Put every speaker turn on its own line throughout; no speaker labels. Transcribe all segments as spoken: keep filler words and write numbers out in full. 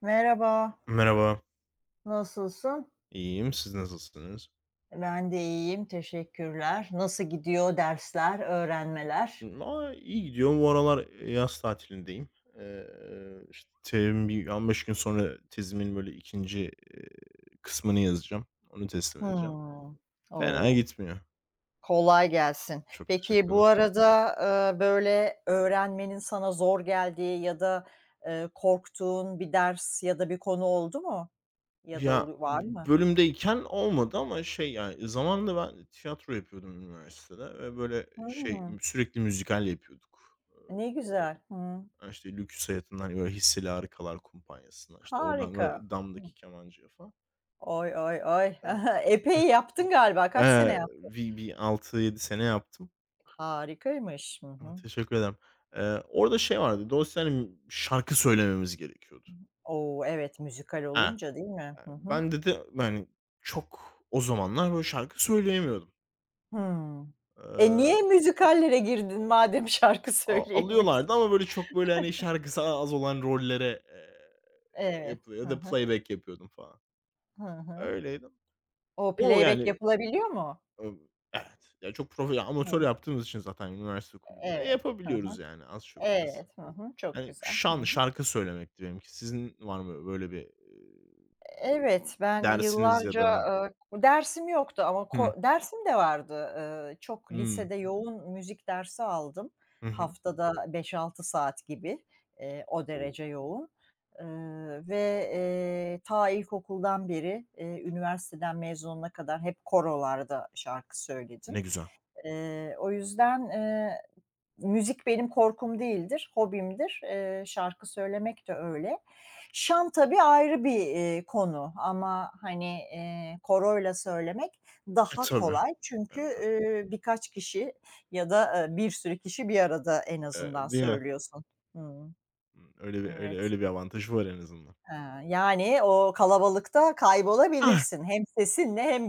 Merhaba,
Merhaba.
nasılsın?
İyiyim. Siz nasılsınız?
Ben de iyiyim, teşekkürler. Nasıl gidiyor dersler, öğrenmeler?
Aa, iyi gidiyor. Bu aralar yaz tatilindeyim. Eee, işte tezim bir on beş gün sonra tezimin böyle ikinci eee, kısmını yazacağım. Onu teslim edeceğim.
Hımm.
Fena
O!
gitmiyor.
Kolay gelsin.
Çok
Peki
teşekkür
bu
ederim.
arada, eee, böyle öğrenmenin sana zor geldiği ya da, eee, korktuğun bir ders ya da bir konu oldu mu? Ya da
Ya,
olu var mı?
bölümdeyken olmadı ama şey, yani, zamanında ben tiyatro yapıyordum üniversitede ve böyle şey,
Hımm.
sürekli müzikal yapıyorduk.
Ne güzel. Hımm.
Aaa, işte, Lüküs Hayatı'ndan, böyle, Hisseli Harikalar Kumpanyası'na, işte, oradan
Harika.
böyle Dam'daki Kemancı'ya falan.
Oy, oy, oy.
Eee,
Epey yaptın galiba. Kaç sene
Eee,
yaptın?
bir bir altı yedi sene yaptım.
Harikaymış. Hı
Aaa,
hı.
teşekkür ederim. Eee, orada şey vardı, dolayısıyla, hani, şarkı söylememiz gerekiyordu.
O! Evet, müzikal
Ha,
olunca değil mi?
eee,
Hı hı.
ben dedi, yani, çok o zamanlar böyle şarkı söyleyemiyordum.
Hımm. E,
Eee,
niye müzikallere girdin madem şarkı
a
söyleyemiyorsun?
Alıyorlardı ama böyle çok böyle, hani, şarkısı a az olan rollere, eee,
Evet.
yapılıyor
Hı
ya da
hı.
playback yapıyordum falan.
Hı hı.
Öyleydi.
O
O,
playback
yani,
yapılabiliyor mu?
ımm, evet. Ya, çok profe
Hı.
amatör yaptığımız için zaten üniversite kulübünde
Evet. Hı hı.
yapabiliyoruz, yani, az çok biraz.
Evet. Hı hı. Çok
Yani,
güzel. Hı
şan,
hı.
şarkı söylemekti benimki. Sizin var mı böyle bir, eee,
Evet, ben
dersiniz ya
yıllarca,
da...
eee, dersim yoktu ama
Hıh.
ko dersim de vardı. Eee, çok
Hımm.
lisede yoğun müzik dersi aldım.
Hı hı.
Haftada beş-altı saat gibi, eee, o
O!
derece yoğun, eee, ve, eee, ta ilkokuldan beri, eee, üniversiteden mezununa kadar hep korolarda şarkı söyledim.
Ne güzel.
Eee, o yüzden, eee, müzik benim korkum değildir, hobimdir. Eee, şarkı söylemek de öyle. Şan tabii ayrı bir, eee, konu ama, hani, eee, koroyla söylemek
E,
daha
tabii.
kolay. Çünkü,
E,
eee, birkaç kişi ya da, eee, bir sürü kişi bir arada en azından
eee, değil mi?
söylüyorsun. Hımm.
Hımm, öyle bir öyle
Evet.
öyle bir avantajı var en azından.
Ha, yani o kalabalıkta
Ah!
kaybolabilirsin hem sesinle hem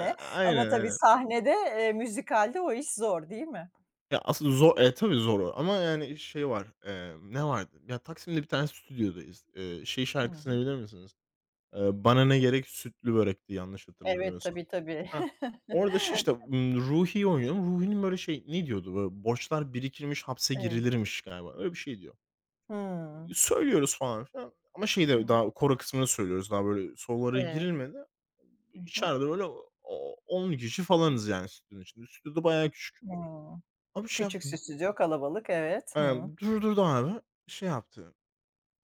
Eee,
ama
aynen,
tabii
aynen.
sahnede, eee, müzikalde o iş zor, değil mi?
Ya, aslında zor. E, tabii zor o ama yani şey var, emm, ne vardı? Ya, Taksim'de bir tane stüdyodayız. Eee, şey
Hı hı.
şarkısını bilir misiniz? Eee, "Bana ne gerek sütlü börekti." yanlış
Evet,
hatırlamıyorsam.
tabii, tabii.
Hah. Orada şey, işte, ımm, Ruhi'yi oynuyorum. Ruhi'nin böyle şey, ne diyordu, böyle, borçlar birikirmiş, hapse
Evet.
girilirmiş galiba. Öyle bir şey diyor.
Hımm.
Söylüyoruz falan filan ama şeyde
Evet.
daha koro kısmını söylüyoruz. Daha böyle sololara
Evet.
girilmedi.
Hı hı.
İçeride böyle o on kişi
Ah,
falanız yani stüdyonun içinde. Stüdyo da bayağı küçük.
hımm.
Abi şey
Küçük
yaptı.
stüdyo, kalabalık, evet. Hıı.
Eee, durdurdu abi. Şey yaptı.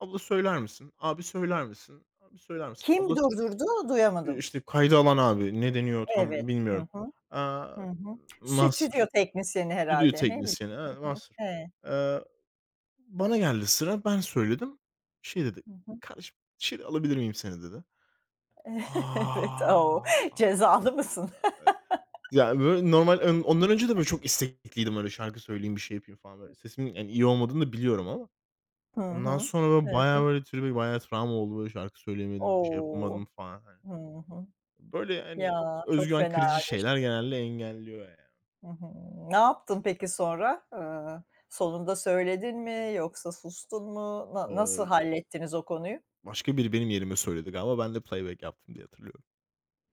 "Abla söyler misin? Abi söyler misin? Abi söyler misin?"
Kim
Abla s...
durdurdu?
eee,
Duyamadım.
işte, kaydı alan abi. Ne deniyor
Evet.
tam
Hı
bilmiyorum.
hı.
Aaa,
Hı hı.
Master.
Stüdyo teknisyeni
Stüdyo
herhâlde. Ne bileyim.
teknisyeni, evet,
Hı hı.
master.
Evet.
Eee, Bana geldi sıra, ben söyledim. Şey dedi,
Hı hı.
"Kardeşim, içeri alabilir miyim seni?" dedi.
Evet.
A!
O! Cezalı mısın?
Ya, böyle normal ön ondan önce de böyle çok istekliydim, öyle şarkı söyleyeyim, bir şey yapayım falan böyle. Sesimin, yani, iyi olmadığını da biliyorum ama.
Hı
Ondan
hı.
sonra böyle
Evet.
bayağı böyle tribe bayağı travma oldu, böyle şarkı söyleyemedim, bir şey
O!
yapamadım falan, hani.
Hı hı.
Böyle,
Ya,
hani, öz
çok
güven kırıcı
fenaymış.
şeyler genelde engelliyor, yani.
Hı hı. Ne yaptın peki sonra? Eee, sonunda söyledin mi yoksa sustun mu? Na nasıl
Eee,
hallettiniz o konuyu?
Başka biri benim yerime söyledi galiba, ben de playback yaptım diye hatırlıyorum.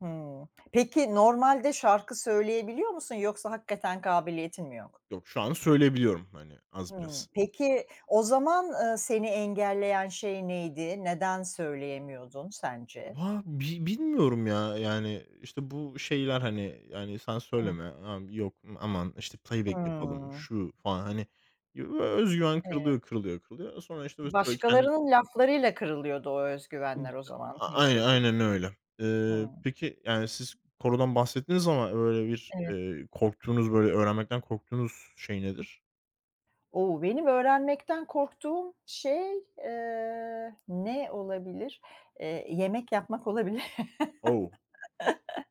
Hımm. Peki normalde şarkı söyleyebiliyor musun yoksa hakikaten kabiliyetin mi yok?
Yok, şu an söyleyebiliyorum, hani, az
Hımm.
biraz.
Peki o zaman, eee, seni engelleyen şey neydi? Neden söyleyemiyordun sence?
Ya, bi bilmiyorum ya, yani, işte, bu şeyler, hani, yani, "Sen
Hımm.
söyleme." "Abi, yok, aman, işte, playback yapalım."
Hımm.
Şu falan, hani, yo öz güven
Evet.
kırılıyor, kırılıyor, kırılıyor. Sonra, işte, böyle kendi...
Başkalarının laflarıyla kırılıyordu o öz güvenler o zaman
A
bir
aynen,
şekilde.
aynen öyle. Eee,
Hımm.
peki, yani, siz korodan bahsettiniz ama böyle bir,
Evet.
eee, korktuğunuz, böyle öğrenmekten korktuğunuz şey nedir?
O! Benim öğrenmekten korktuğum şey, eee, ne olabilir? Eee, yemek yapmak olabilir.
O!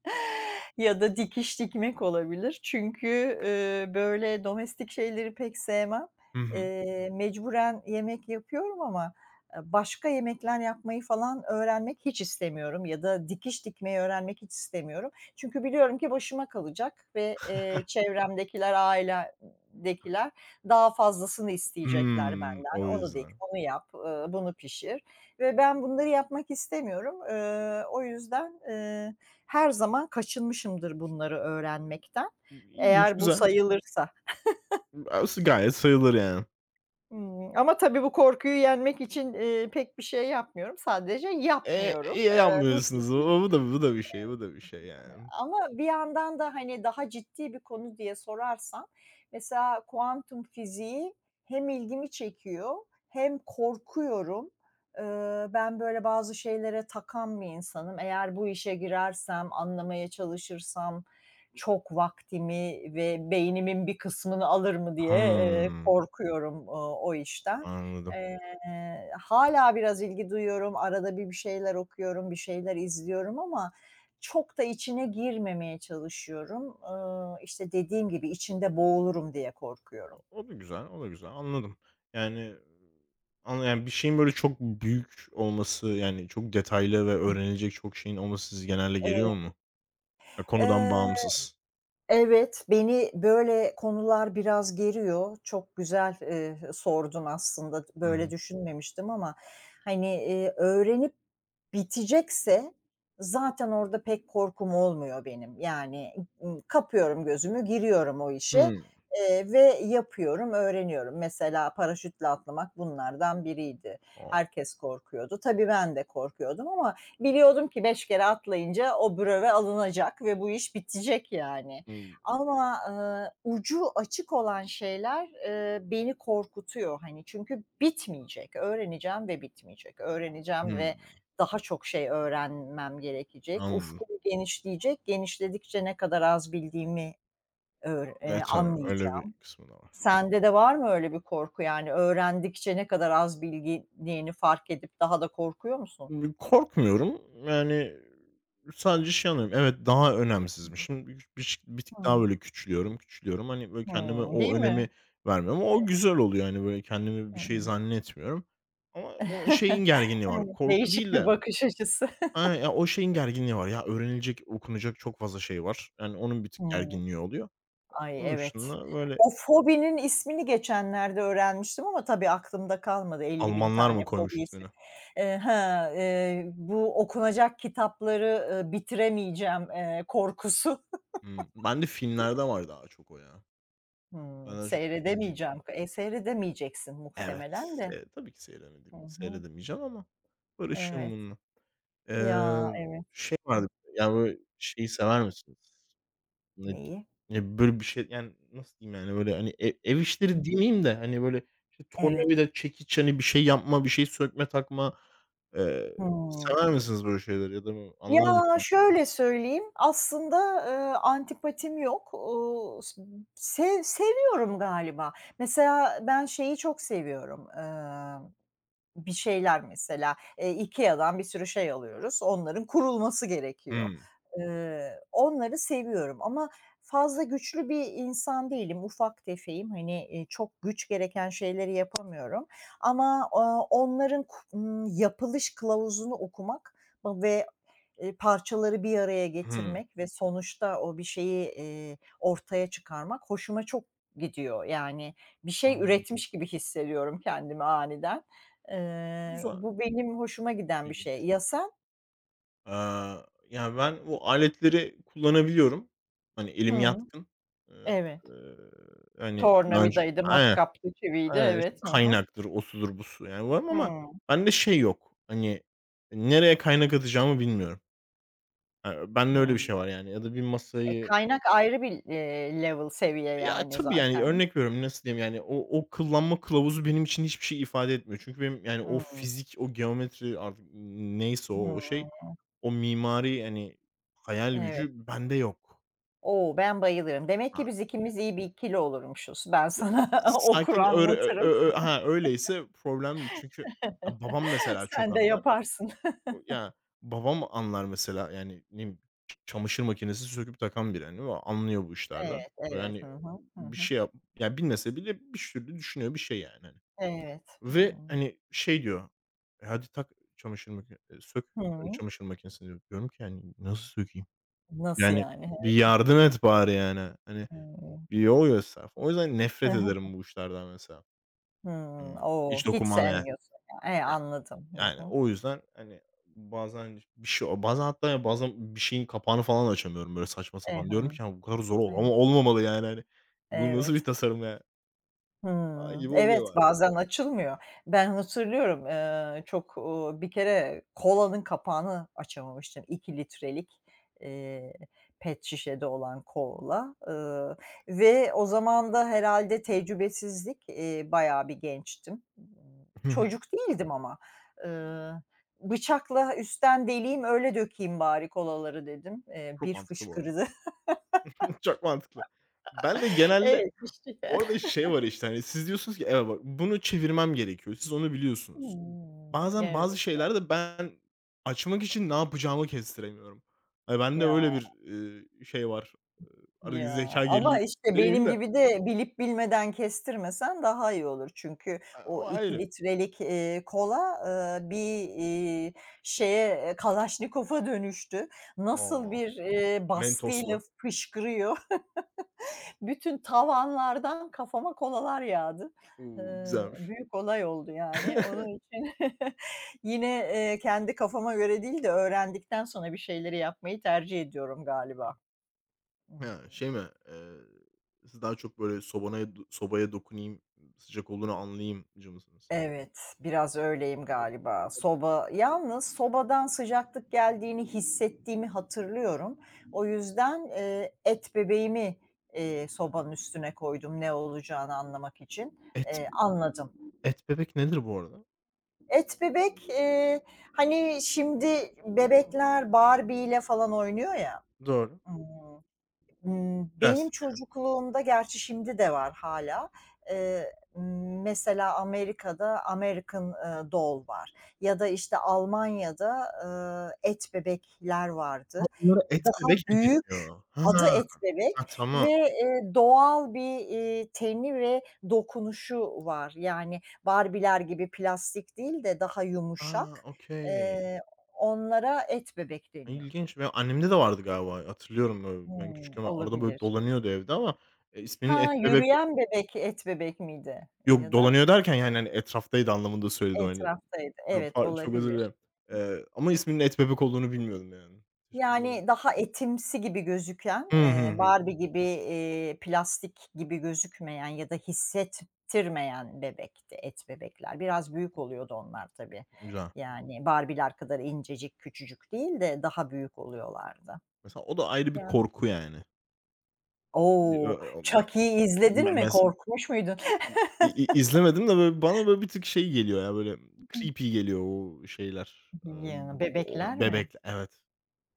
Ya da dikiş dikmek olabilir. Çünkü, eee, böyle domestik şeyleri pek sevmem.
Hı hı.
Eee, mecburen yemek yapıyorum ama, eee, başka yemekler yapmayı falan öğrenmek hiç istemiyorum ya da dikiş dikmeyi öğrenmek hiç istemiyorum. Çünkü biliyorum ki başıma kalacak ve, eee, çevremdekiler, ailedekiler daha fazlasını isteyecekler
Hımm,
benden.
o
Onu dik,
yüzden.
onu yap, eee, bunu pişir ve ben bunları yapmak istemiyorum. Eee, o yüzden, eee her zaman kaçınmışımdır bunları öğrenmekten,
İlginç,
eğer bu
güzel.
sayılırsa.
Aslında gayet sayılır yani.
Hımm, ama tabii bu korkuyu yenmek için, eee, pek bir şey yapmıyorum. Sadece
Eee,
yapmıyorum.
iyi
Eee, bu
yapmıyorsunuz.
şekilde.
O, bu da bu da bir şey, bu da bir şey yani.
Ama bir yandan da, hani, daha ciddi bir konu diye sorarsan mesela kuantum fiziği hem ilgimi çekiyor hem korkuyorum. Eee, ben, böyle, bazı şeylere takan bir insanım. Eğer bu işe girersem, anlamaya çalışırsam çok vaktimi ve beynimin bir kısmını alır mı diye, eee,
Hımm,
korkuyorum, ooo, o işten.
anladım.
Eee, Hâlâ biraz ilgi duyuyorum. Arada bir bir şeyler okuyorum, bir şeyler izliyorum ama çok da içine girmemeye çalışıyorum. Iıı, işte, dediğim gibi içinde boğulurum diye
O
korkuyorum.
o da güzel, o da güzel. Anladım. Yani, anla yani, bir şeyin böyle çok büyük olması, yani, çok detaylı ve öğrenilecek çok şeyin olması size genelde
Evet.
geliyor mu? Ya, konudan
Eee
bağımsız.
Evet, beni böyle konular biraz geriyor. Çok güzel, eee, sordun aslında.
Hı
Böyle
hı.
düşünmemiştim ama, hani, eee, öğrenip bitecekse zaten orada pek korkum olmuyor benim. Yani, ımm, kapıyorum gözümü, giriyorum o işe,
Hımm.
eee, ve yapıyorum, öğreniyorum. Mesela paraşütle atlamak bunlardan biriydi.
A!
Herkes korkuyordu. Tabii ben de korkuyordum ama biliyordum ki beş kere atlayınca o bröve alınacak ve bu iş bitecek yani.
Hımm.
Ama, eee, ucu açık olan şeyler, eee, beni korkutuyor, hani, çünkü bitmeyecek. Öğreneceğim ve bitmeyecek. Öğreneceğim ve
Hımm.
daha çok şey öğrenmem gerekecek.
Anladım.
Ufkum genişleyecek. Genişledikçe ne kadar az bildiğimi öğr eee,
Evet, tabii. Öyle bir
anlayacağım.
kısmı da var.
Sende de var mı öyle bir korku? Yani öğrendikçe ne kadar az bildiğini fark edip daha da korkuyor musun?
Korkmuyorum. Yani, sadece şey anlıyorum, evet, daha önemsizmişim. Bir biş bir tık daha
Hımm.
böyle küçülüyorum, küçülüyorum. Hani, böyle, kendime
Hımm. Değil
o
mi?
önemi vermiyorum ama
Evet.
o güzel oluyor. Hani, böyle, kendimi bir şey
Hımm.
zannetmiyorum ama o şeyin gerginliği var.
Evet,
Korku
değişik
değil
bir
de...
bakış açısı.
Aynen, ya, o şeyin gerginliği var. Ya, öğrenilecek, okunacak çok fazla şey var. Yani, onun bir tık
Hımm.
gerginliği oluyor.
Ay,
Onun
evet.
dışında, böyle...
O fobinin ismini geçenlerde öğrenmiştim ama tabii aklımda kalmadı. Elli bin
Almanlar
tane
mı koymuş
fobisi.
ismini?
Eee, ha, eee, bu okunacak kitapları, ııı, bitiremeyeceğim, eee, korkusu.
Hmm. Ben de filmlerde var daha çok o ya. Ben
Hımm,
daha çok filmciyim.
seyredemeyeceğim. E, seyredemeyeceksin
Evet,
muhtemelen de.
se tabii ki seyredemedim
Hı hı.
seyredemeyeceğim ama barışığım
Evet.
bununla.
Ya,
Eee,
evet.
Şey
Hı.
vardı, ya, böyle, şeyi sever misiniz? Ne
Neyi?
Ya, böyle, bir şey, yani, nasıl diyeyim, yani, böyle, hani, ev ev
Hı.
işleri demeyeyim de, hani, böyle, işte,
Evet.
tornavida, çekiç, hani, bir şey yapma, bir şey sökme, takma. Eee,
Hıı.
Sever misiniz böyle şeyleri ya da
Ya,
anlar mısınız?
şöyle söyleyeyim, aslında, eee, antipatim yok. Ooo, s sev seviyorum galiba. Mesela ben şeyi çok seviyorum, emm bir şeyler mesela, eee, IKEA'dan bir sürü şey alıyoruz. Onların kurulması gerekiyor.
Hımm.
Eee, onları seviyorum ama fazla güçlü bir insan değilim. Ufak tefeyim. Hani, eee, çok güç gereken şeyleri yapamıyorum ama, aaa, onların ku ımm, yapılış kılavuzunu okumak ve, eee, parçaları bir araya
Hımm.
getirmek ve sonuçta o bir şeyi, eee, ortaya çıkarmak hoşuma çok gidiyor. Yani bir şey
Anladım.
üretmiş gibi hissediyorum kendimi aniden. Eee,
Güzel,
bu benim hoşuma giden bir şey.
ilginç.
Ya sen?
Aaa, ya, ben bu aletleri kullanabiliyorum. Hani, elim
Hı.
yatkın. Eee,
Evet.
eee, Hani, daha önce...
Tornavidaydı,
Aynen,
matkaptı, çiviydi.
aynen, işte,
Evet. Hı hı.
kaynaktır, o sudur, bu su, yani, var ama
Hıı.
bende şey yok, hani, nereye kaynak atacağımı bilmiyorum. Eee, bende öyle bir
Hıı.
şey var, yani, ya da bir
E,
masayı...
kaynak ayrı bir, eee, level, seviye
Ya,
yani
tabii, yani,
zaten.
örnek veriyorum, nasıl diyeyim, yani, o o kullanma kılavuzu benim için hiçbir şey ifade etmiyor. Çünkü benim, yani, o
Hıı.
fizik, o geometri artık neyse o
Hıı.
o şey, o mimari, hani, hayal
Evet.
gücü bende yok.
O! Ben bayılırım. Demek ki
Ha,
biz ikimiz iyi bir ikili olurmuşuz. Ben
ya,
sana okur
sakin öyle, ö ö
anlatırım.
ö ha, öyleyse problem değil. Çünkü, ha, babam mesela çok
Sen de
anlar.
yaparsın.
O, ya, babam anlar mesela, yani, ne bileyim, ç çamaşır makinesi söküp takan biri, hani, o anlıyor bu işlerden.
Evet, evet. Hı
Yani,
hı. Hı
bir
hı.
şey yap ya, bilmese bile bir türlü düşünüyor bir şey, yani, hani.
Evet. Hıı.
Ve, hani, şey diyor, "E, hadi tak, çamaşır makine, e, sök, eee,
Hıı.
çamaşır makinesini." diyor. Diyorum ki, yani, "Nasıl sökeyim?"
Nasıl
Yani,
yani?
"Bir
Evet.
yardım et bari, yani." Hani,
Hıı.
bir yol göster. O yüzden
Hı
nefret
hı.
ederim bu işlerden mesela.
Hımm.
Hımm.
O!
Hiç
Hiç
dokunmam, yani.
sevmiyorsun ya. E, anladım. Hı
Yani,
hı.
o yüzden, hani, bazen bir şey bazen hatta ya bazen bir şeyin kapağını falan açamıyorum, böyle, saçma
E,
sapan. Diyorum
hı.
ki, "Ya, bu kadar zor ol ama
Evet.
olmamalı yani, hani. Bu nasıl bir
Evet.
tasarım ya?" falan
Hımm.
gibi oluyor
Evet,
bazen.
bazen açılmıyor. Ben hatırlıyorum, eee, çok, uuu, bir kere kolanın kapağını açamamıştım. iki litrelik, eee, pet şişede olan kola, ııı, ve o zaman da herhâlde tecrübesizlik, eee, bayağı bir gençtim. Imm, çocuk değildim ama, ııı, "Bıçakla üstten deleyim, öyle dökeyim bari kolaları." dedim. Eee,
Çok
bir
mantıklı bu arada.
fışkırdı.
Çok mantıklı. Ben de genelde
Evet, işte.
orada şey var, işte, hani, siz diyorsunuz ki, "Evet, bak, bunu çevirmem gerekiyor." Siz onu biliyorsunuz.
Hımm.
Bazen
Evet,
bazı şeylerde ben açmak için ne yapacağımı kestiremiyorum. Hani, bende
ya.
öyle bir, eee, şey var. Eee, Artık
Ya,
zekâ
ama,
geriliği
işte,
demeyeyim
benim
de,
gibi de bilip bilmeden kestirmesen daha iyi olur. Çünkü
a
o
o
iki
ayrı.
litrelik, eee, kola, eee, bir, iii, şeye, eee, Kalaşnikov'a dönüştü. Nasıl
A!
bir, eee, baskıyla
Mentoslu.
fışkırıyor. Bütün tavanlardan kafama kolalar yağdı.
O!
Eee,
Güzelmiş.
büyük olay oldu yani. Onun için yine, eee, kendi kafama göre değil de öğrendikten sonra bir şeyleri yapmayı tercih ediyorum galiba. Hıı.
Ha, şey mi? Eee, Siz daha çok böyle sobanaya do sobaya dokunayım, sıcak olduğunu anlayayımcı mısınız?
Evet, biraz öyleyim galiba. Soba yalnız sobadan sıcaklık geldiğini hissettiğimi hatırlıyorum. O yüzden, eee, et bebeğimi, eee, sobanın üstüne koydum ne olacağını anlamak için.
Et
Eee, anladım.
et bebek nedir bu arada?
Et bebek, eee, hani, şimdi bebekler Barbie ile falan oynuyor ya.
Doğru.
Imm Imm, benim
Plastik.
çocukluğumda gerçi şimdi de var hala. eee, mesela Amerika'da American, eee, Doll var ya da, işte, Almanya'da, ııı, et bebekler
Ha,
vardı.
onlara et
Daha
bebek mi
büyük,
deniyor? Ha!
adı et bebek
Ha,
ve,
tamam.
eee, doğal bir, iii, teni ve dokunuşu var. Yani Barbie'ler gibi plastik değil de daha
A!
yumuşak.
Okay.
Eee, Onlara et bebek
A,
deniyordu.
ilginç. Benim annemde de vardı galiba. Hatırlıyorum böyle. Ben
Hımm,
küçükken arada böyle
olabilir.
dolanıyordu evde ama, eee, isminin
Ha,
et bebek...
yürüyen bebek, et bebek miydi
Yok,
ya da
dolanıyor derken yani, hani, etraftaydı anlamında söyledim, hani.
etraftaydı?
Ya,
Evet,
par çok özür
olabilir.
dilerim. Eee, ama isminin et bebek olduğunu bilmiyordum yani. Teşekkür ederim.
Yani daha etimsi gibi gözüken,
Hı hı
eee,
hı.
Barbie gibi, eee, plastik gibi gözükmeyen ya da hissettirmeyen bebekti et bebekler. Biraz büyük oluyordu onlar tabii.
Güzel.
Yani Barbie'ler kadar incecik, küçücük değil de daha büyük oluyorlardı.
Mesela o da ayrı bir
Ya.
korku yani. Bir ö
O!
ö ben
Chucky'yi izledin
ben
mi?
mes
Korkmuş muydun?
İ İ izlemedim de böyle bana böyle bir tık şey geliyor ya, böyle creepy geliyor o şeyler.
Ya,
Emm, o
bebekler mi?
bebekler... Evet.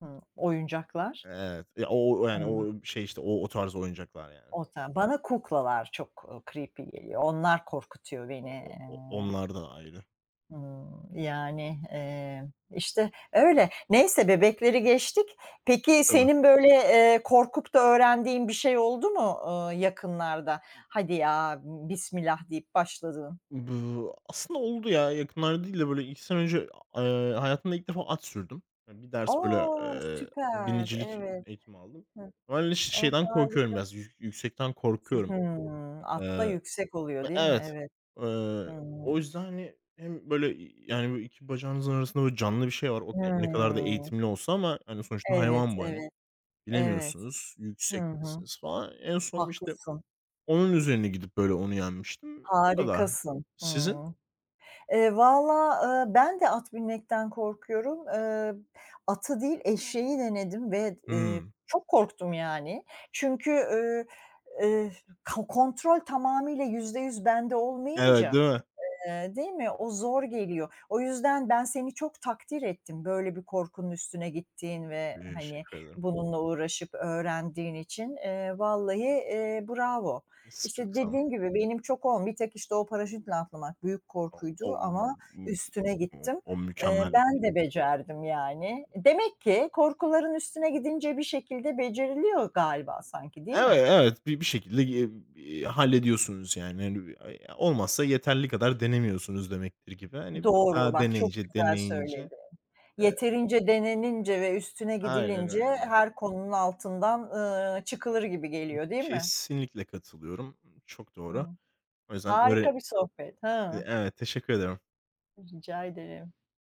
Hıı. Oyuncaklar?
Evet. Ya, o o yani
Hıı.
o şey işte o o tarz oyuncaklar yani.
O ta Bana kuklalar çok, ııı, creepy geliyor. Onlar korkutuyor
O
beni.
o o
Eee,
onlar da ayrı.
ımm, yani, eee, işte, öyle. Neyse bebekleri geçtik. Peki
Tabii.
senin böyle, eee, korkup da öğrendiğin bir şey oldu mu, ııı, yakınlarda? Hadi ya, bismillah deyip başladığın.
Bu aslında oldu ya, yakınlarda değil de böyle iki sene önce, eee, hayatımda ilk defa at sürdüm. Eee, bir ders böyle,
O!
eee,
Süper.
binicilik
Evet.
eğitimi aldım.
Hı.
Ama ben ş
A,
şeyden
harika.
korkuyorum biraz, yü yüksekten
Siz
korkuyorum.
Hımm. Atta
Eee,
yüksek oluyor
Ve
değil mi?
evet,
Evet.
eee,
Hımm.
o yüzden, hani, hem böyle, yani, böyle iki bacağınızın arasında böyle canlı bir şey var. Okay, ne kadar da
Hımm.
eğitimli olsa ama, hani, sonuçta
Evet,
hayvan bu, hani.
evet, evet.
Bilemiyorsunuz,
Hı hı.
yüksektesiniz falan. En son, işte,
Haklısın,
onun üzerine gidip böyle onu yenmiştim. O kadar.
harikasın.
Sizin?
Hımm. Eee, valla, eee, ben de at binmekten korkuyorum. Eee, atı değil, eşeği denedim ve, eee,
Hıı.
çok korktum yani. Çünkü, eee, eee, ka kontrol tamamıyla yüzde yüz bende
Evet,
olmayınca.
değil mi?
Eee, değil mi? O zor geliyor. O yüzden ben seni çok takdir ettim böyle bir korkunun üstüne gittiğin ve, hani,
Teşekkür ederim.
bununla uğraşıp öğrendiğin için. Eee, vallahi, eee, bravo.
S
İşte,
çok sağ olun.
dediğim gibi benim çok olm bir tek, işte, o paraşütle atlamak büyük
O o
korkuydu ama üstüne
o
gittim.
o
Eee,
mükemmel bir şey.
ben de becerdim yani. Demek ki korkuların üstüne gidince bir şekilde beceriliyor galiba sanki, değil mi?
Evet, evet. Bir bir şekilde, eee, hallediyorsunuz yani. Hani, e, olmazsa yeterli kadar denemiyorsunuz demektir gibi. Hani, bir tık
Doğru,
daha
bak çok
deneyince,
güzel
deneyince...
söyledin.
Eee,
Yeterince denenince ve üstüne
aynen
gidilince
öyle.
her konunun altından, ııı, çıkılır gibi geliyor, değil mi?
Kesinlikle katılıyorum. Çok
Hıı.
doğru. O yüzden öğre
Harika bir sohbet.
e,
Hıı.
evet, teşekkür ederim.
Rica ederim.